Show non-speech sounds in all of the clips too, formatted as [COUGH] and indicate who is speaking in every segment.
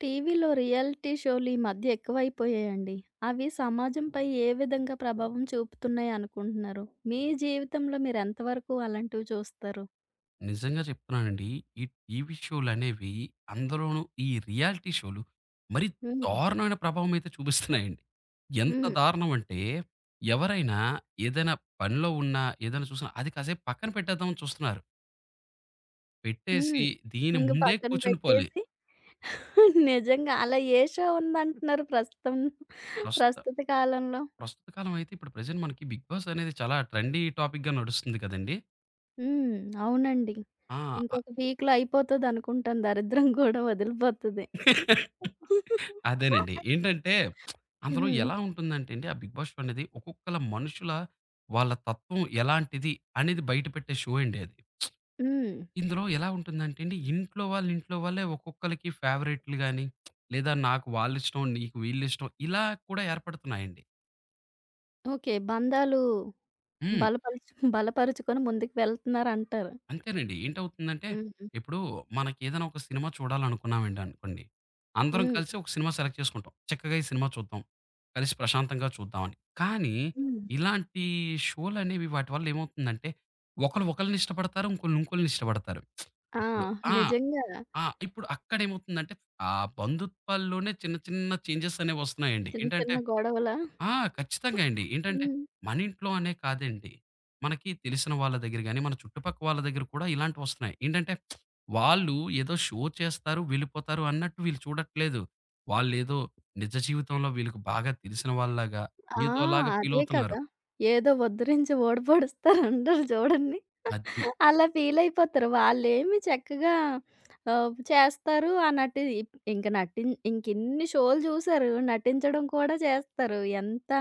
Speaker 1: టీవీలో రియాలిటీ షోలు ఈ మధ్య ఎక్కువైపోయాయండి. అవి సమాజంపై ఏ విధంగా ప్రభావం చూపుతున్నాయి అనుకుంటున్నారు? మీ జీవితంలో మీరెంత వరకు అలాంటివి చూస్తారు?
Speaker 2: నిజంగా చెప్తున్నానండి. ఈ టీవీ షోలనేవి అందులోనూ ఈ రియాలిటీ షోలు మరి
Speaker 1: హ్మ్.
Speaker 2: దారుణమైన ప్రభావం అయితే చూపిస్తున్నాయండి. ఎంత
Speaker 1: హ్మ్.
Speaker 2: దారుణం అంటే ఎవరైనా ఏదైనా పనిలో ఉన్నా, ఏదైనా చూసినా అది కాసేపు పక్కన పెట్టేద్దామని చూస్తున్నారు. పెట్టేసి
Speaker 1: హ్మ్.
Speaker 2: దీని
Speaker 1: ఇంక
Speaker 2: ముందే
Speaker 1: పక్కన
Speaker 2: కూర్చుండిపోవాలి.
Speaker 1: పెట్టేసి [LAUGHS] నిజంగా అలా ఏ షో ఉందంటున్నారు ప్రస్తుతం?
Speaker 2: ప్రస్తుత
Speaker 1: ప్రస్తుత కాలంలో?
Speaker 2: ప్రస్తుత కాలం అయితే ఇప్పుడు ప్రెజెంట్ మనకి 'బిగ్ బాస్' అనేది చాలా ట్రెండీ టాపిక్‌గా నడుస్తుంది కదండీ!
Speaker 1: హ్మ్. అవునండి.
Speaker 2: ఆ! అ
Speaker 1: ఇంకొక వీక్‌లో అయిపోతదనుకుంటాను దరిద్రం కూడా వదిలిపోతది.
Speaker 2: [LAUGHS]
Speaker 1: [LAUGHS]
Speaker 2: అదేనండి. ఏంటంటే అందులో
Speaker 1: హ్మ్.
Speaker 2: ఎలా ఉంటుందంటే అండి, ఆ 'బిగ్ బాస్ షో' అనేది ఒక్కొక్కల మనుషుల వాళ్ళ తత్వం ఎలాంటిది అనేది బయటపెట్టే షో అండి అది.
Speaker 1: హ్మ్.
Speaker 2: ఇందులో ఎలా ఉంటుందంటే అండి, ఇంట్లో వాళ్ళే ఒక్కొక్కళ్ళకి ఫేవరెట్లు గాని, లేదా నాకు వాళ్ళిష్టం, నీకు వీళ్ళిష్టం ఇలా కూడా ఏర్పడుతున్నాయండి.
Speaker 1: ఓకే. బంధాలు
Speaker 2: హ్మ్.
Speaker 1: బలపరుచుకొని ముందుకు వెళ్తున్నారంటారు.
Speaker 2: అంతేనండి. ఏంటవుతుందంటే,
Speaker 1: హుహు.
Speaker 2: ఇప్పుడు మనకేదైనా ఒక సినిమా చూడాలనుకున్నామండి అనుకోండి. అందరం
Speaker 1: హ్మ్.
Speaker 2: కలిసి ఒక సినిమా సెలెక్ట్ చేసుకుంటాం. చక్కగా ఈ సినిమా చూద్దాం. కలిసి ప్రశాంతంగా చూద్దామని. కానీ
Speaker 1: హ్మ్. హ్మ్.
Speaker 2: ఇలాంటి షోలనేవి వాటి వల్ల ఏమవుతుందంటే, ఒకళ్ళు ఒకళ్ళని ఇష్టపడతారు. ఇంకోళ్ళు ఇంకోళ్ళని ఇష్టపడతారు.
Speaker 1: ఆ!
Speaker 2: ఇప్పుడు ఆ!
Speaker 1: నిజంగా
Speaker 2: ఆ! ఇప్పుడు అక్కడేమవుతుందంటే, ఆ బంధుత్వాల్లోనే చిన్న చిన్న చేంజెస్ అనేవి వస్తున్నాయండి.
Speaker 1: చిన్న
Speaker 2: ఏంటంటే
Speaker 1: చిన్న గొడవల.
Speaker 2: ఆ! ఖచ్చితంగా అండి. ఏంటంటే,
Speaker 1: హ్మ్.
Speaker 2: మన ఇంట్లో అనే కాదండి. మనకి తెలిసిన వాళ్ళ దగ్గర గాని, మన చుట్టుపక్క వాళ్ళ దగ్గర కూడా ఇలాంటివొస్తున్నాయి. ఏంటంటే, వాళ్ళు ఏదో షో చేస్తారు, వెళ్ళిపోతారు అన్నట్టు వీళ్ళు చూడట్లేదు. వాళ్ళేదో నిజ జీవితంలో వీళ్ళకి బాగా తెలిసిన వాళ్ళలాగా,
Speaker 1: ఆ!
Speaker 2: ఏదోలాగా
Speaker 1: అదే
Speaker 2: ఫీలవుతున్నారు.
Speaker 1: కదా! ఏదో ఉద్ధరించి ఓడిపడుస్తారంటారు చూడండి.
Speaker 2: అది.
Speaker 1: అలా ఫీల్ అయిపోతారు. వాళ్ళేమి చక్కగా చేస్తారు. ఆ నటి ఇంక ఇంకిన్ని షోలు చూసారు. నటించడం కూడా చేస్తారు. ఎంత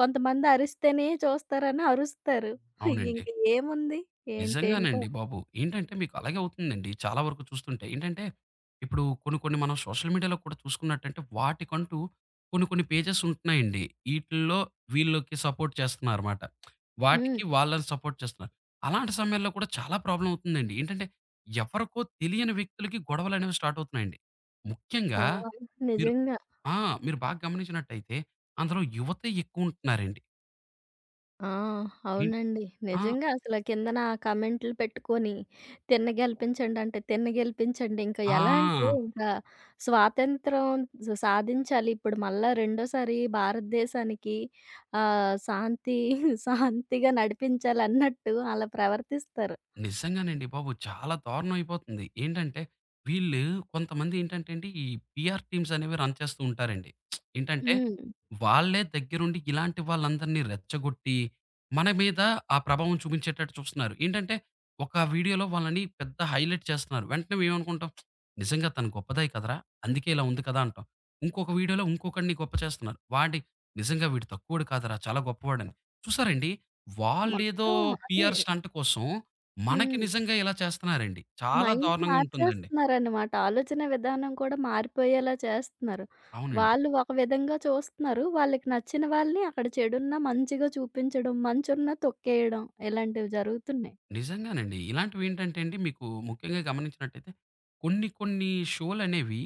Speaker 1: కొంతమంది అరిస్తేనే చూస్తారని అరుస్తారు.
Speaker 2: అవునండి.
Speaker 1: ఇంక ఏముంది ఏంటేంటో.
Speaker 2: నిజంగానండి బాబు. ఏంటంటే మీకు అలాగే అవుతుందండి. చాలా వరకు చూస్తుంటే. ఏంటంటే ఇప్పుడు కొన్ని కొన్ని మనం సోషల్ మీడియాలో కూడా చూసుకున్నట్టంటే వాటికంటూ కొన్ని కొన్ని పేజెస్ ఉంటున్నాయండి. ఈటిల్లో వీళ్ళకి సపోర్ట్ చేస్తున్నారన్నమాట.
Speaker 1: హ్మ్.
Speaker 2: వాటికి వాళ్ళని సపోర్ట్ చేస్తున్నారు. అలాంటి సమయాల్లో కూడా చాలా ప్రాబ్లమ్ అవుతుందండి. ఏంటంటే ఎవరికో తెలియని వ్యక్తులకి గొడవలనేవి స్టార్ట్ అవుతున్నాయండి.
Speaker 1: ఆ!
Speaker 2: ముఖ్యంగా మీరు
Speaker 1: నిజంగా.
Speaker 2: ఆ! మీరు బాగా గమనించినట్టయితే అందులో యువతే ఎక్కువ ఉంటున్నారండి.
Speaker 1: ఆ!
Speaker 2: ఎన్
Speaker 1: అవునండి.
Speaker 2: ఆ!
Speaker 1: నిజంగా అసల కిందన కామెంట్లు పెట్టుకొని తిన్న గెలిపించండి అంటే, తిన్న గెలిపించండి. ఇంకా ఎలా అంటే
Speaker 2: ఆ!
Speaker 1: ఇంకా స్వాతంత్రం సాధించాలి. ఇప్పుడు మళ్ళా రెండోసారి భారతదేశానికి శాంతి [LAUGHS] శాంతిగా నడిపించాలన్నట్టు అలా ప్రవర్తిస్తారు.
Speaker 2: నిజంగానండి బాబు. చాలా దారుణం అయిపోతుంది. ఏంటంటే, వీళ్ళు కొంతమంది ఏంటంటే అండి, ఈ పీఆర్ టీమ్స్ అనేవి రన్ చేస్తూ ఉంటారండి. ఏంటంటే,
Speaker 1: హ్మ్.
Speaker 2: వాళ్ళే దగ్గరుండి ఇలాంటి వాళ్ళందరినీ రెచ్చగొట్టి, మన మీద ఆ ప్రభావం చూపించేటట్టు చూస్తున్నారు. ఏంటంటే, ఒక వీడియోలో వాళ్ళని పెద్ద హైలైట్ చేస్తున్నారు. వెంటనే మేమనుకుంటాం, నిజంగా తను గొప్పదే కదరా! అందుకే ఇలా ఉంది కదా అంటాం. ఇంకొక వీడియోలో ఇంకొకడిని గొప్ప చేస్తున్నారు. వాడి నిజంగా వీడు తక్కువోడు కాదురా! చాలా గొప్పవాడని. చూసారండి, వాళ్ళేదో
Speaker 1: మొత్తం అదే.
Speaker 2: పీఆర్ స్టంట్ కోసం మనకి
Speaker 1: హ్మ్.
Speaker 2: నిజంగా ఇలా చేస్తున్నారండి. చాలా
Speaker 1: మైండ్
Speaker 2: దారుణంగా ఉంటుందండి.
Speaker 1: మార్చేస్తున్నారనమాట. ఆలోచన విధానం కూడా మారిపోయేలా చేస్తున్నారు.
Speaker 2: అవునండి.
Speaker 1: వాళ్ళు ఒక విధంగా చూస్తున్నారు. వాళ్ళకి నచ్చిన వాళ్ళని అక్కడ చెడున్నా మంచిగా చూపించడం, మంచున్నా తొక్కేయడం ఇలాంటివి జరుగుతున్నాయి.
Speaker 2: నిజంగానండి. ఇలాంటివేంటంటే అండి మీకు ముఖ్యంగా గమనించినట్టయితే కొన్ని కొన్ని షోలనేవి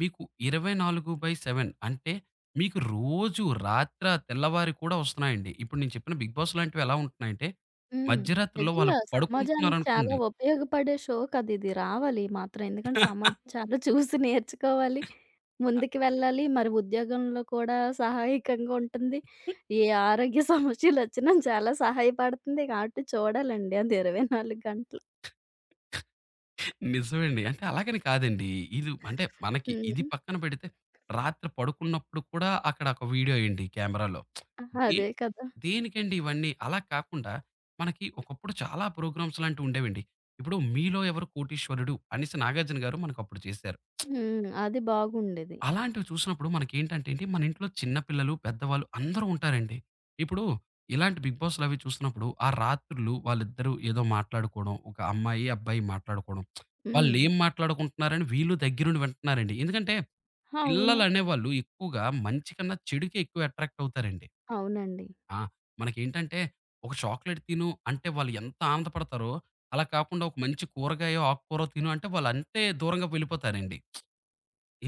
Speaker 2: మీకు 24/7 అంటే మీకు రోజు రాత్ర తెల్లవారి కూడా వస్తున్నాయండి. ఇప్పుడు నేను చెప్పిన 'బిగ్ బాస్' లాంటివి ఎలా ఉంటున్నాయంటే
Speaker 1: హ్మ్.
Speaker 2: మధ్యరాత్రిలో వాళ్ళు
Speaker 1: నిజంగా సమాజానికి చాలా
Speaker 2: పడుకుంటున్నారనుకోండి.
Speaker 1: ఉపయోగపడే షో కదా ఇది. రావాలి ఈ మాత్రం. ఎందుకంటే సమాజం
Speaker 2: [LAUGHS]
Speaker 1: చాలా చూసి నేర్చుకోవాలి. ముందుకు వెళ్ళాలి. మరి ఉద్యోగంలో కూడా సహాయకంగా ఉంటుంది. ఏ ఆరోగ్య [LAUGHS] సమస్యలొచ్చినా చాలా సహాయపడుతుంది. కాబట్టి చూడాలండి అది 24 గంటలు.
Speaker 2: నిజమండి. అంటే అలాగని కాదండి. ఇది అంటే మనకి
Speaker 1: హ్మ్.
Speaker 2: ఇది పక్కన పెడితే రాత్రి పడుకున్నప్పుడు కూడా అక్కడ ఒక వీడియో ఎయండి కెమెరాలో. దే
Speaker 1: అదే కదా!
Speaker 2: దేనికండి ఇవన్నీ? అలా కాకుండా మనకి ఒకప్పుడు చాలా ప్రోగ్రామ్స్ లాంటివి ఉండేవండి. ఇప్పుడు 'మీలో ఎవరు కోటీశ్వరుడు' అనేసి 'నాగార్జున' గారు మనకప్పుడు చేశారు.
Speaker 1: హ్మ్. అది బాగుండేది.
Speaker 2: అలాంటివి చూసినప్పుడు మనకేంటంటే ఏంటి, మన ఇంట్లో చిన్న పిల్లలు, పెద్దవాళ్ళు అందరూ ఉంటారండి. ఇప్పుడు ఇలాంటి బిగ్ బాస్‌లు అవి చూస్తున్నప్పుడు, ఆ రాత్రులు వాళ్ళిద్దరూ ఏదో మాట్లాడుకోవడం, ఒక అమ్మాయి, అబ్బాయి మాట్లాడుకోవడం.
Speaker 1: హ్మ్.
Speaker 2: వాళ్ళేం మాట్లాడుకుంటున్నారని వీళ్ళు దగ్గరుండి వింటున్నారండి. ఎందుకంటే
Speaker 1: అవును.
Speaker 2: పిల్లలనేవాళ్ళు ఎక్కువగా మంచి కన్నా చెడుకే ఎక్కువ అట్రాక్ట్ అవుతారండి.
Speaker 1: అవునండి.
Speaker 2: ఆ! మనకేంటంటే ఒక చాక్లేట్ తిను అంటే వాళ్ళు ఎంత ఆనందపడతారో, అలా కాకుండా ఒక మంచి కూరగాయో, ఆకుకూరో తిను అంటే వాళ్ళంతే దూరంగా వెళ్ళిపోతారండి.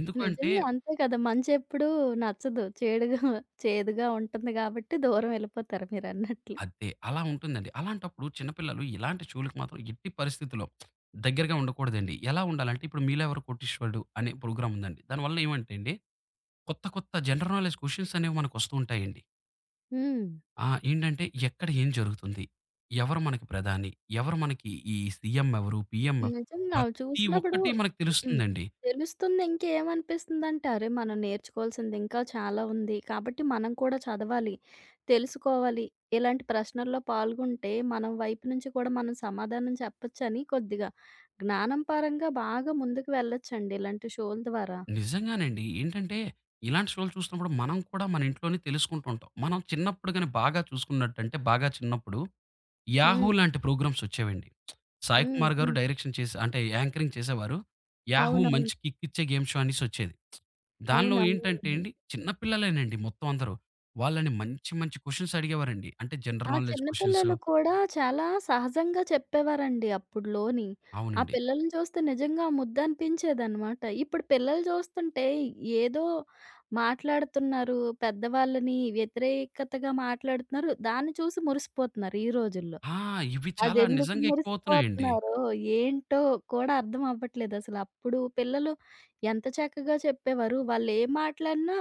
Speaker 2: ఎందుకంటే
Speaker 1: నిజంగా అంతే కదా! మంచెప్పుడు నచ్చదు. చెడుగా చేదుగా ఉంటుంది కాబట్టి దూరం వెళ్ళిపోతారు మీరన్నట్లు.
Speaker 2: అదే. అలా ఉంటుందండి. అలాంటప్పుడు చిన్నపిల్లలు ఇలాంటి షోలకి మాత్రం ఎట్టి పరిస్థితిలో దగ్గరగా ఉండకూడదండి. ఎలా ఉండాలంటే ఇప్పుడు 'మీరెవరు కోటీశ్వరుడు' అనే ప్రోగ్రామ్ ఉందండి. దానివల్ల ఏమంటే అండి కొత్త కొత్త జనరల్ నాలెడ్జ్ క్వెషన్స్ అనేవి మనకొస్తూ ఉంటాయండి.
Speaker 1: హ్మ్.
Speaker 2: ఏంటంటే ఎక్కడ ఏం జరుగుతుంది? ఎవరు మనకి ప్రధాని? ఎవరు మనకి ఈ సీఎం ఎవరు? పీఎం ఎవరు?
Speaker 1: నిజంగా అవి
Speaker 2: ప్రతి
Speaker 1: చూసినప్పుడు.
Speaker 2: ఒక్కటి మనకు
Speaker 1: హ్మ్.
Speaker 2: తెలుస్తుందండి.
Speaker 1: తెలుస్తుంది. ఇంకేమనిపిస్తుందంటే, అరే! మనం నేర్చుకోవాల్సింది ఇంకా చాలా ఉంది. కాబట్టి మనం కూడా చదవాలి, తెలుసుకోవాలి. ఇలాంటి ప్రశ్నల్లో పాల్గొంటే మనం వైపు నుంచి కూడా మనం సమాధానం చెప్పొచ్చని కొద్దిగా జ్ఞానం పరంగా బాగా ముందుకు వెళ్ళొచ్చండి ఇలాంటి షోల ద్వారా.
Speaker 2: నిజంగానండి. ఏంటంటే ఇలాంటి షోలు చూస్తున్నప్పుడు మనం కూడా మన ఇంట్లోనే తెలుసుకుంటూ ఉంటాం. మనం చిన్నప్పుడు గాని బాగా చూసుకున్నట్టంటే బాగా చిన్నప్పుడు యాహూ
Speaker 1: హ్మ్.
Speaker 2: లాంటి ప్రోగ్రామ్స్ వచ్చేవండి. సాయి
Speaker 1: హ్మ్.
Speaker 2: కుమార్ గారు
Speaker 1: హ్మ్.
Speaker 2: డైరెక్షన్ చేసే అంటే యాంకరింగ్ చేసేవారు. యాహూ
Speaker 1: అవునవును.
Speaker 2: మంచి కిక్కిచ్చే గేమ్ షో అనేసొచ్చేది. దానిలో ఏంటంటే
Speaker 1: అవునవునండి.
Speaker 2: అండి, చిన్న పిల్లలేనండి మొత్తం అందరూ. వాళ్ళని మంచి మంచి క్వెషన్స్ అడిగేవారండి. అంటే జనరల్
Speaker 1: ఆ!
Speaker 2: నాలెడ్జ్
Speaker 1: చిన్న
Speaker 2: క్వెషన్స్.
Speaker 1: పిల్లలు కూడా చాలా సహజంగా చెప్పేవారండి అప్పుడులోని. ఆ
Speaker 2: అవునండి.
Speaker 1: పిల్లల్ని చూస్తే నిజంగా ముద్దనిపించేదనమాట. ఇప్పుడు పిల్లలు చూస్తుంటే ఏదో మాట్లాడుతున్నారు, పెద్దవాళ్ళని వ్యతిరేకతగా మాట్లాడుతున్నారు. దాన్ని చూసి మురిసిపోతున్నారు ఈ రోజుల్లో.
Speaker 2: ఆ! ఇవి చాలా
Speaker 1: అదెందుకు
Speaker 2: నిజంగా ఎక్కువవుతున్నాయండి.
Speaker 1: మురిసిపోతున్నారో, ఏంటో కూడా అర్థం అవ్వట్లేదసలు. అప్పుడు పిల్లలు ఎంత చక్కగా చెప్పేవారు. వాళ్ళేం మాట్లాడినా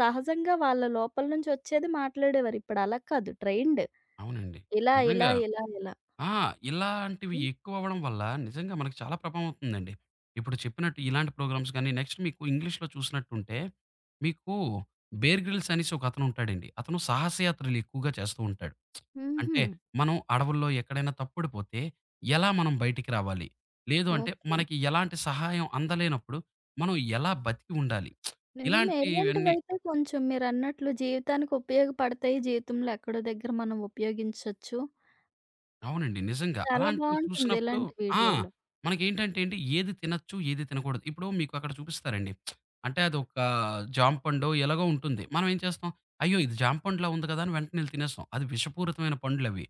Speaker 1: సహజంగా వాళ్ళ లోపల నుంచొచ్చేది మాట్లాడేవారు. ఇప్పుడు అలా కాదు ట్రైన్డ్.
Speaker 2: అవునండి.
Speaker 1: ఇలా, ఇలా,
Speaker 2: నిజంగా.
Speaker 1: ఇలా, ఇలా.
Speaker 2: ఆ! ఇలాంటివి
Speaker 1: హ్మ్.
Speaker 2: ఎక్కువవ్వడం వల్ల నిజంగా మనకు చాలా ప్రభావం అవుతుందండి. ఇప్పుడు చెప్పినట్టు ఇలాంటి ప్రోగ్రామ్స్ గాని, నెక్స్ట్ మీకు ఇంగ్లీష్‌లో చూసినట్టుంటే, మీకు 'బేర్ గ్రిల్స్' అనేసి ఒకతను ఉంటాడండి. అతను సాహసయాత్రలు ఎక్కువగా చేస్తూ ఉంటాడు.
Speaker 1: హుహు.
Speaker 2: అంటే మనం అడవుల్లో ఎక్కడైనా తప్పుడిపోతే ఎలా మనం బయటికి రావాలి? లేదు అంటే
Speaker 1: ఓకే.
Speaker 2: మనకి ఎలాంటి సహాయం అందలేనప్పుడు మనం ఎలా బతికి ఉండాలి?
Speaker 1: నిజమే.
Speaker 2: ఇలాంటివన్నీ
Speaker 1: ఇలాంటివైతే కొంచెం మీరన్నట్లు జీవితానికి ఉపయోగపడతాయి. జీవితంలో ఎక్కడో దగ్గర మనం ఉపయోగించొచ్చు. ఆ!
Speaker 2: అవునండి. నిజంగా.
Speaker 1: చాలా
Speaker 2: అలాంటివి
Speaker 1: బావుంటుంది
Speaker 2: చూసినప్పుడు
Speaker 1: ఇలాంటి
Speaker 2: ఆ!
Speaker 1: వీడియోలు.
Speaker 2: మనకేంటంటే అండి ఏది తినొచ్చు, ఏది తినకూడదు. ఇప్పుడు మీకు అక్కడ చూపిస్తారండి. అంటే అదొక జాంపండో ఎలాగో ఉంటుంది. మనం ఏం చేస్తాం, అయ్యో! ఇది జాంపండులా ఉంది కదా! అని వెంటనే ఎళ్లి తినేస్తాం. అది విషపూరితమైన పండ్లవి.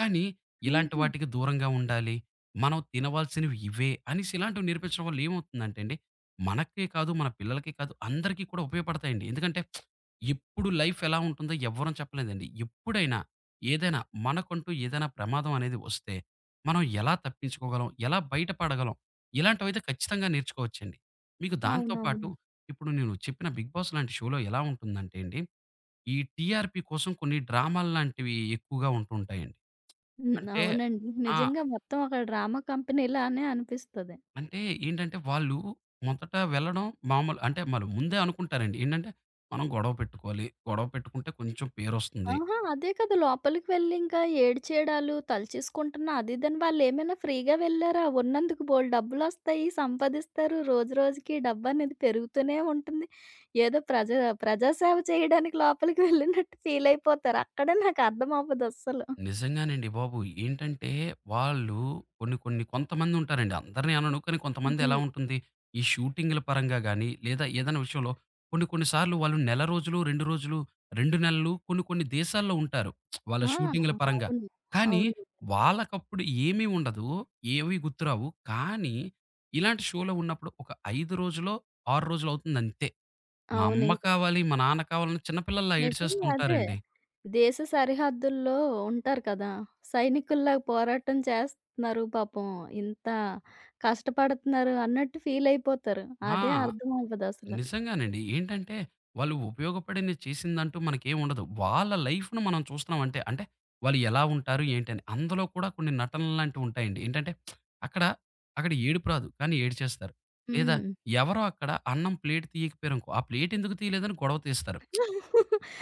Speaker 2: కానీ ఇలాంటి
Speaker 1: హుహు.
Speaker 2: వాటికి దూరంగా ఉండాలి. మనం తినవాల్సినవి ఇవే అనేసి ఇలాంటివి నేర్పించడం వల్ల ఏమవుతుందంటే అండి, మనకే కాదు, మన పిల్లలకే కాదు అందరికీ కూడా ఉపయోగపడతాయండి. ఎందుకంటే, ఎప్పుడు లైఫ్ ఎలా ఉంటుందో ఎవ్వరం చెప్పలేదండి. ఎప్పుడైనా ఏదైనా మనకంటూ ఏదైనా ప్రమాదం అనేది వస్తే, మనం ఎలా తప్పించుకోగలం? ఎలా బయటపడగలం? ఇలాంటివైతే ఖచ్చితంగా నేర్చుకోవచ్చండి. మీకు
Speaker 1: అవును.
Speaker 2: దాంతో పాటు
Speaker 1: అవునవును.
Speaker 2: ఇప్పుడు నేను చెప్పిన 'బిగ్ బాస్' లాంటి షోలో ఎలా ఉంటుందంటే అండి, ఈ టీఆర్‌పీ కోసం కొన్ని డ్రామాలు లాంటివి ఎక్కువగా ఉంటూ ఉంటాయండి.
Speaker 1: హ్మ్.
Speaker 2: అంటే
Speaker 1: అవునండి.
Speaker 2: ఆ!
Speaker 1: నిజంగా మొత్తం ఒక డ్రామా కంపెనీలానే అనిపిస్తది.
Speaker 2: అంటే ఏంటంటే వాళ్ళు మొదట వెళ్ళడం మామూలు అంటే వాళ్ళు ముందే అనుకుంటారండి. ఏంటంటే, మనం గొడవ పెట్టుకోవాలి. గొడవ పెట్టుకుంటే కొంచెం పేరొస్తుంది.
Speaker 1: ఆహా! అదే కదా! లోపలికి వెళ్లి ఇంకా ఏడ్చేయడాలు, తలచేసుకుంటున్నా అది ఇదని వాళ్ళేమైనా ఫ్రీగా వెళ్లారా? ఉన్నందుకు బోలెడు డబ్బులొస్తాయి, సంపాదిస్తారు. రోజురోజుకి డబ్బనేది పెరుగుతూనే ఉంటుంది. ఏదో ప్రజాసేవ చేయడానికి లోపలికి వెళ్ళినట్టు ఫీలయిపోతారు. అక్కడే నాకర్థమవ్వదస్సలు.
Speaker 2: నిజంగానండి బాబు. ఏంటంటే, వాళ్ళు కొన్ని కొన్ని కొంతమంది ఉంటారండి. అందరిని అనను, కానీ కొంతమంది ఎలా
Speaker 1: హ్మ్.
Speaker 2: ఉంటుంది, ఈ షూటింగ్‌ల పరంగా గాని, లేదా ఏదైనా విషయంలో కొన్ని కొన్ని సార్లు వాళ్ళు నెల రోజులు, 2 రోజులు, 2 నెలలు కొన్ని కొన్ని దేశాల్లో ఉంటారు. వాళ్ళ
Speaker 1: ఆ!
Speaker 2: షూటింగ్‌ల పరంగా.
Speaker 1: అవును.
Speaker 2: కానీ
Speaker 1: అవును.
Speaker 2: వాళ్ళకప్పుడు ఏమీ ఉండదు. ఏవి గుర్తురావు. కానీ ఇలాంటి షోలో ఉన్నప్పుడు ఒక 5 రోజులో, 6 రోజులో అవుతుందంతే. మా అమ్మ
Speaker 1: అవునింక.
Speaker 2: కావాలి, మా నాన్న కావాలని చిన్న పిల్లల్లా ఏడ్చేస్తూ
Speaker 1: నిజంగా అదే.
Speaker 2: ఉంటారండి.
Speaker 1: దేశ సరిహద్దుల్లో ఉంటారు కదా! సైనికుల్లాగా పోరాటం చేస్తున్నారు పాపం. ఇంత కష్టపడుతున్నారు అన్నట్టు ఫీల్ అయిపోతారు.
Speaker 2: ఆ!
Speaker 1: అదే అర్థం అవ్వదసల.
Speaker 2: నిజంగానండి. ఏంటంటే, వాళ్ళు ఉపయోగపడింది చేసిందంటూ మనకేముండదు. వాళ్ళ లైఫ్‌ని మనం చూస్తున్నామంటే, అంటే అంటే వాళ్ళు ఎలా ఉంటారు ఏంటని. అందులో కూడా కొన్ని నటనల్లాంటివుంటాయండి. ఏంటంటే, అక్కడ, అక్కడ ఏడుపు రాదు. కానీ ఏడ్చేస్తారు. లేదా
Speaker 1: హ్మ్.
Speaker 2: ఎవరో అక్కడ అన్నం ప్లేట్ తీయకపోయారనుకో, ఆ ప్లేట్ ఎందుకు తీయలేదని గొడవ తీస్తారు.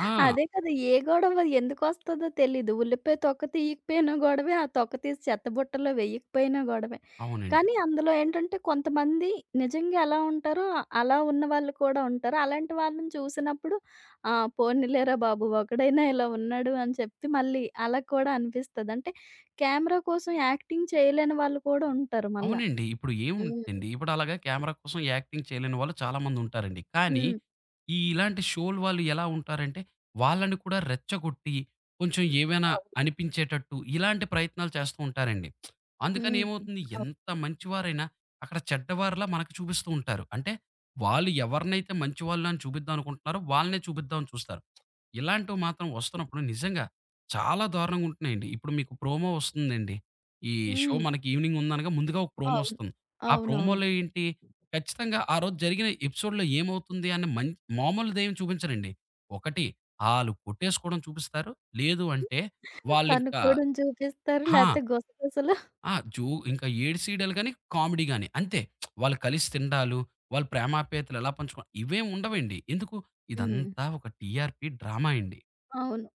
Speaker 2: ఆ!
Speaker 1: అదే కదా! ఏ గొడవ ఎందుకొస్తదో తెలీదు. ఉల్లిపాయ తొక్క తీయకపోయినా గొడవే, ఆ తొక్క తీసి చెత్తబుట్టలో వెయ్యకపోయినా గొడవే.
Speaker 2: అవునండి.
Speaker 1: కానీ అందులో ఏంటంటే కొంతమంది నిజంగా ఎలా ఉంటారో ఆ- అలా ఉన్న వాళ్ళు కూడా ఉంటారు. అలాంటి వాళ్ళని చూసినప్పుడు ఆ! పోనీలేరా బాబు ఒకడైనా ఇలా ఉన్నాడు అని చెప్పి మళ్ళీ అలా కూడా అనిపిస్తది. అంటే కెమెరా కోసం యాక్టింగ్ చేయలేని వాళ్ళు కూడా ఉంటారు మళ్ళా.
Speaker 2: అవునండి. ఇప్పుడు
Speaker 1: హ్మ్.
Speaker 2: ఏముందండి, ఇప్పుడు అలాగా కెమెరా కోసం యాక్టింగ్ చేయలేని వాళ్ళు చాలామంది ఉంటారండి. కానీ,
Speaker 1: హ్మ్.
Speaker 2: ఇలాంటి షోలు వాళ్ళు ఎలా ఉంటారంటే, వాళ్ళని కూడా రెచ్చగొట్టి, కొంచెం ఏవైనా
Speaker 1: అవును.
Speaker 2: అనిపించేటట్టు ఇలాంటి ప్రయత్నాలు చేస్తూ ఉంటారండి. అందుకని
Speaker 1: హ్మ్.
Speaker 2: ఏమవుతుంది,
Speaker 1: అవు
Speaker 2: ఎంత మంచివారైనా అక్కడ చెడ్డవారిలా మనకు చూపిస్తూ ఉంటారు. అంటే, వాళ్ళు ఎవరినైతే మంచివాళ్ళు అని చూపిద్దాం అనుకుంటున్నారో, వాళ్ళనే చూపిద్దామని చూస్తారు. ఇలాంటివి మాత్రం వస్తున్నప్పుడు నిజంగా చాలా దారుణంగా ఉంటున్నాయండి. ఇప్పుడు మీకు ప్రోమో వస్తుందండి. ఈ షో
Speaker 1: హ్మ్.
Speaker 2: మనకి ఈవెనింగ్ ఉందనగా ముందుగా ఒక ప్రోమో
Speaker 1: అవును.
Speaker 2: వస్తుంది. ఆ
Speaker 1: అవునవును.
Speaker 2: ప్రోమోలో ఏంటి, ఖచ్చితంగా ఆ రోజు జరిగిన ఎపిసోడ్‌లో ఏమవుతుంది అని మామూలుదేమి చూపించరండి. ఒకటి ఆళ్ళు కొట్టేసుకోవడం చూపిస్తారు. లేదు అంటే వాళ్ళింకా
Speaker 1: తన్నుకోవడం చూపిస్తారు.
Speaker 2: ఆ!
Speaker 1: లేతే గుసగుసలు.
Speaker 2: ఆ! జో ఇంకా ఏడుసీయడాలు గాని, కామెడీ గాని అంతే. వాళ్ళు కలిసి తినడాలు, వాళ్ళ ప్రేమాప్యాయతలు ఎలా పంచుకో ఇవేం ఉండవండి. ఎందుకు?
Speaker 1: హ్మ్.
Speaker 2: ఇదంతా ఒక టీఆర్‌పీ డ్రామా అండి.
Speaker 1: అవును.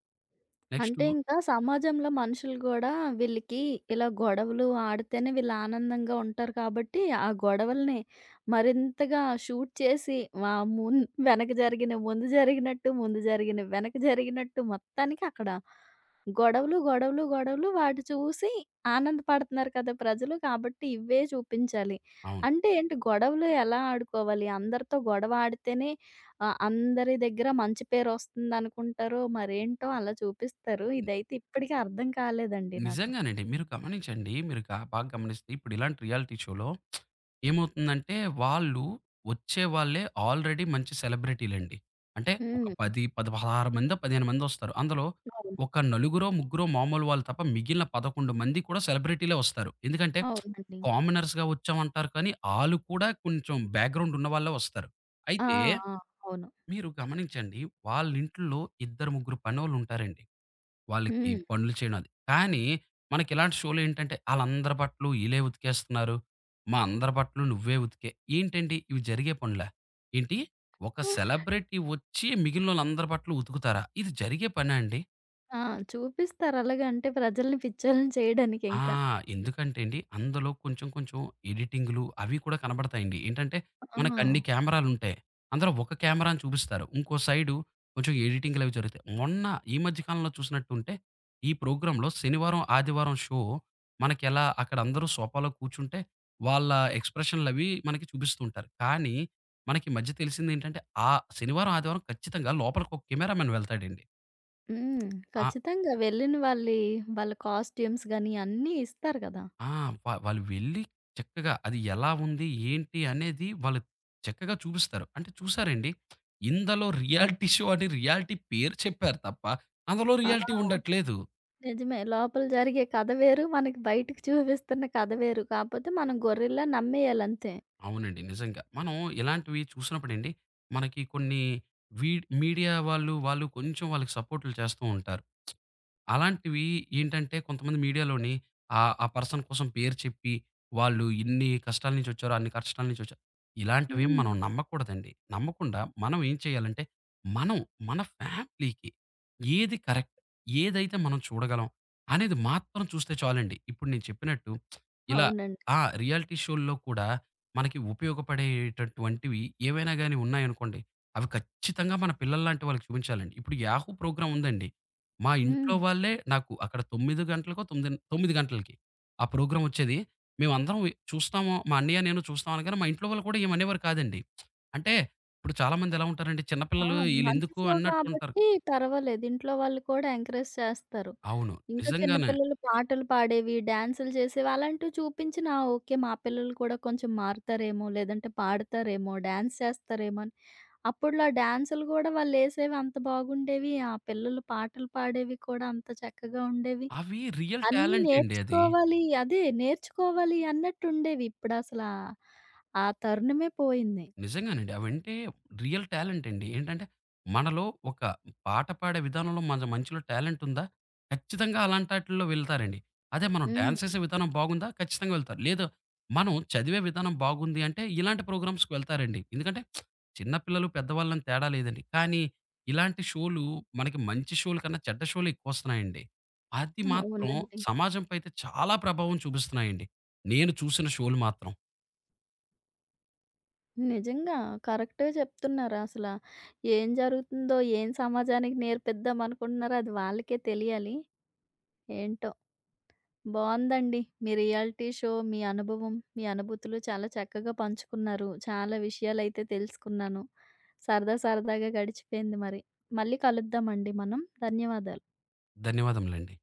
Speaker 2: నెక్స్టు
Speaker 1: అంటే ఇంకా సమాజంలో మనుషులు గూడా వీళ్ళకి ఇలా గొడవలు ఆడితేనే వీళ్ళు ఆనందంగా ఉంటారు కాబట్టి, ఆ గొడవల్ని మరింతగా షూట్ చేసి వా మున్ వెనక జరిగినవి ముందు జరిగినట్టు, ముందు జరిగినవి వెనక జరిగినట్టు మొత్తానికి అక్కడ గొడవలు, గొడవలు, గొడవలు వాటి చూసి ఆనందపడుతున్నారు కదా ప్రజలు. కాబట్టి ఇవే చూపించాలి.
Speaker 2: అవును.
Speaker 1: అంటే ఏంటి గొడవలు ఎలా ఆడుకోవాలి? అందరితో గొడవ ఆడితేనే ఆ! అందరి దగ్గర మంచి పేరొస్తుందనుకుంటారో మరేంటో అలా చూపిస్తారు. ఇదైతే ఇప్పటికి అర్థం కాలేదండి నాకు.
Speaker 2: నిజంగానండి. మీరు గమనించండి. మీరు బాగా గమనిస్తే ఇప్పుడు ఇలాంటి రియాలిటీ షోలో ఏమవుతుందంటే వాళ్ళు వచ్చే వాళ్ళే ఆల్రెడీ మంచి సెలబ్రిటీలండి. అంటే ఒక
Speaker 1: హ్మ్.
Speaker 2: 10, 16 మందో, 15 మందొస్తారు. అందులో
Speaker 1: అవును.
Speaker 2: ఒక నలుగురో, ముగ్గురో మామూలు వాళ్ళు తప్ప మిగిలిన 11 మంది కూడా సెలబ్రిటీలే వస్తారు. ఎందుకంటే
Speaker 1: అవునండి.
Speaker 2: కామనర్స్‌గా వచ్చామంటారు కానీ ఆళ్ళు కూడా కొంచెం బ్యాక్‌గ్రౌండ్ ఉన్న వాళ్ళే వస్తారు.
Speaker 1: ఆ!
Speaker 2: అయితే
Speaker 1: ఆ! అవును.
Speaker 2: మీరు గమనించండి వాళ్ళింట్లో ఇద్దరు, ముగ్గురు పనోళ్ళుంటారండి. వాళ్ళకి
Speaker 1: హ్మ్.
Speaker 2: పనులు చేయడం అది. కానీ మనకిలాంటి షోలు ఏంటంటే ఆళ్ళందరి బట్టలు ఈళ్ళే ఉతికేస్తున్నారు. మా అందరి బట్టలు నువ్వే ఉతికే. ఏంటండి ఇవి జరిగే పనులా? ఏంటి? ఒక సెలబ్రిటీ వచ్చి మిగిలినోళ్ళందరి బట్టలు ఉతుకుతారా? ఇది జరిగే పనా అండి?
Speaker 1: ఆ! చూపిస్తారు అలాగా అంటే ప్రజల్ని పిచ్చోల్ని చేయడానికి
Speaker 2: ఆ!
Speaker 1: ఇంకా.
Speaker 2: ఎందుకంటే అండి, అందులో కొంచెం కొంచెం ఎడిటింగ్‌లు అవి కూడా కనబడతాయండి. ఏంటంటే,
Speaker 1: ఆ!
Speaker 2: మనకన్ని కెమెరాలుంటాయి. అందులో ఒక కెమెరాని చూపిస్తారు. ఇంకో సైడు కొంచెం ఎడిటింగ్‌లవి జరుగుతాయి. మొన్న ఈ మధ్య కాలంలో చూసినట్టుంటే, ఈ ప్రోగ్రామ్‌లో శనివారం, ఆదివారం షో మనకెలా అక్కడ అందరూ సోఫాలో కూర్చుంటే, వాళ్ళ ఎక్స్‌ప్రెషన్‌లవి మనకి చూపిస్తూ ఉంటారు. కానీ, మనకి ఈ మధ్య తెలిసిందేంటంటే, ఆ శనివారం, ఆదివారం ఖచ్చితంగా లోపలికొక కెమెరామన్ వెళ్తాడండి.
Speaker 1: హ్మ్.
Speaker 2: ఆ!
Speaker 1: ఖచ్చితంగా వెళ్ళిన వాళ్ళ కాస్ట్యూమ్స్ గాని అన్నీ ఇస్తారు కదా!
Speaker 2: ఆ! వా వాళ్ళు వెళ్లి చక్కగా అది ఎలా ఉంది? ఏంటి? అనేది వాళ్ళు చక్కగా చూపిస్తారు. అంటే చూసారండి. ఇందులో రియాలిటీ షో అని రియాలిటీ పేరు చెప్పారు తప్ప, అందులో
Speaker 1: ఆ!
Speaker 2: రియాలిటీ ఉండట్లేదు.
Speaker 1: నిజమే. లోపల జరిగే కథ వేరు, మనకి బయటకి చూపిస్తున్న కథ వేరు. కాపోతే మనం గొర్రెల్లా నమ్మేయాలంతే.
Speaker 2: అవునండి. నిజంగా. మనం ఇలాంటివి చూసినప్పుడండి, మనకి కొన్ని వీడ్ మీడియా వాళ్ళు, వాళ్ళు కొంచెం వాళ్ళకి సపోర్ట్‌లు చేస్తూ ఉంటారు. అలాంటివి ఏంటంటే కొంతమంది మీడియాలోని ఆహ్, ఆ పర్సన్ కోసం పేరు చెప్పి, వాళ్ళు ఇన్ని కష్టాల నుంచి వచ్చారు, అన్ని కష్టాల నుంచి వచ్చారు. ఇలాంటివేమి మనం
Speaker 1: హ్మ్.
Speaker 2: నమ్మకూడదండి. నమ్మకుండా మనం ఏం చేయాలంటే, మనం మన ఫ్యామిలీకి ఏది కరెక్ట్, ఏదైతే మనం చూడగలం అనేది మాత్రం చూస్తే చాలండి. ఇప్పుడు నేను చెప్పినట్టు ఇలా
Speaker 1: అవునండి.
Speaker 2: ఆ! రియాలిటీ షోల్లో కూడా మనకి ఉపయోగపడేటటువంటివి ఏవైనా గాని ఉన్నాయనుకోండి, అవి ఖచ్చితంగా మన పిల్లల్లాంటి వాళ్ళకి చూపించాలండి. ఇప్పుడు 'యాహూ!' ప్రోగ్రామ్ ఉందండి. మా ఇంట్లో
Speaker 1: హ్మ్.
Speaker 2: వాళ్ళే నాకు అక్కడ 9 గంటలకో, 9 గంటలకి ఆ ప్రోగ్రామ్ వచ్చేది. మేమందరం చూస్తాము. మా అన్నయ్య, నేను చూస్తాం అనగానే, మా ఇంట్లో వాళ్ళు కూడా ఏమనేవారు కాదండి. అంటే ఇప్పుడు చాలామంది ఎలా ఉంటారంటే, చిన్న
Speaker 1: ఆ!
Speaker 2: పిల్లలు
Speaker 1: అది మంచి
Speaker 2: ఈళ్ళెందుకు
Speaker 1: షో
Speaker 2: అన్నట్టుంటారు.
Speaker 1: కాబట్టి పర్వాలేదు. ఇంట్లో వాళ్ళు కూడా ఎంకరేజ్ చేస్తారు.
Speaker 2: అవును.
Speaker 1: ఇంకా చిన్న
Speaker 2: నిజంగానే.
Speaker 1: పిల్లలు పాటలు పాడేవి, డాన్సులు చేసేవి అలాంటివి చూపించినా ఓకే. మా పిల్లలు కూడా కొంచెం మారుతారేమో, లేదంటే పాడతారేమో, డాన్స్ చేస్తారేమో అని. అప్పట్లో ఆ డాన్సులు గూడా వాళ్ళేసేవి అంత బాగుండేవి. ఆ పిల్లలు పాటలు పాడేవి కూడా అంత చక్కగా ఉండేవి.
Speaker 2: అవి రియల్
Speaker 1: అన్నీ
Speaker 2: టాలెంట్ అండి అది.
Speaker 1: నేర్చుకోవాలి అదే నేర్చుకోవాలి అన్నట్టుండేవి. ఇప్పుడసలా ఆ తరుణమే పోయింది.
Speaker 2: నిజంగానండి. అవంటే రియల్ టాలెంట్ అండి. ఏంటంటే మనలో ఒక పాట పాడే విధానంలో మన మనిషిలో టాలెంట్ ఉందా? ఖచ్చితంగా అలాంటాటిల్లో వెళ్తారండి. అదే మనం
Speaker 1: హ్మ్.
Speaker 2: డాన్స్ చేసే విధానం బాగుందా? ఖచ్చితంగా వెళ్తారు. లేదు మనం చదివే విధానం బాగుంది అంటే ఇలాంటి ప్రోగ్రామ్స్‌కి వెళ్తారండి. ఎందుకంటే చిన్న పిల్లలు, పెద్దవాళ్ళని తేడా లేదండి. కానీ ఇలాంటి షోలు మనకి మంచి షోల కన్నా చెడ్డ షోలు ఎక్కువొస్తున్నాయండి. అది మాత్రం
Speaker 1: అవునండి.
Speaker 2: సమాజంపై అయితే చాలా ప్రభావం చూపిస్తున్నాయండి. నేను చూసిన షోలు మాత్రం.
Speaker 1: నిజంగా. కరెక్టే చెప్తున్నారసల. ఏం జరుగుతుందో, ఏం సమాజానికి నేర్పిద్దాం అనుకుంటున్నారో అది వాళ్ళకే తెలియాలి. ఏంటో! బావుందండి. మీ రియాలిటీ షో, మీ అనుభవం, మీ అనుభూతులు చాలా చక్కగా పంచుకున్నారు. చాలా విషయాలైతే తెలుసుకున్నాను. సరదా సరదాగా గడిచిపోయింది మరి. మళ్ళీ కలుద్దామండి మనం. ధన్యవాదాలు.
Speaker 2: ధన్యవాదములండి.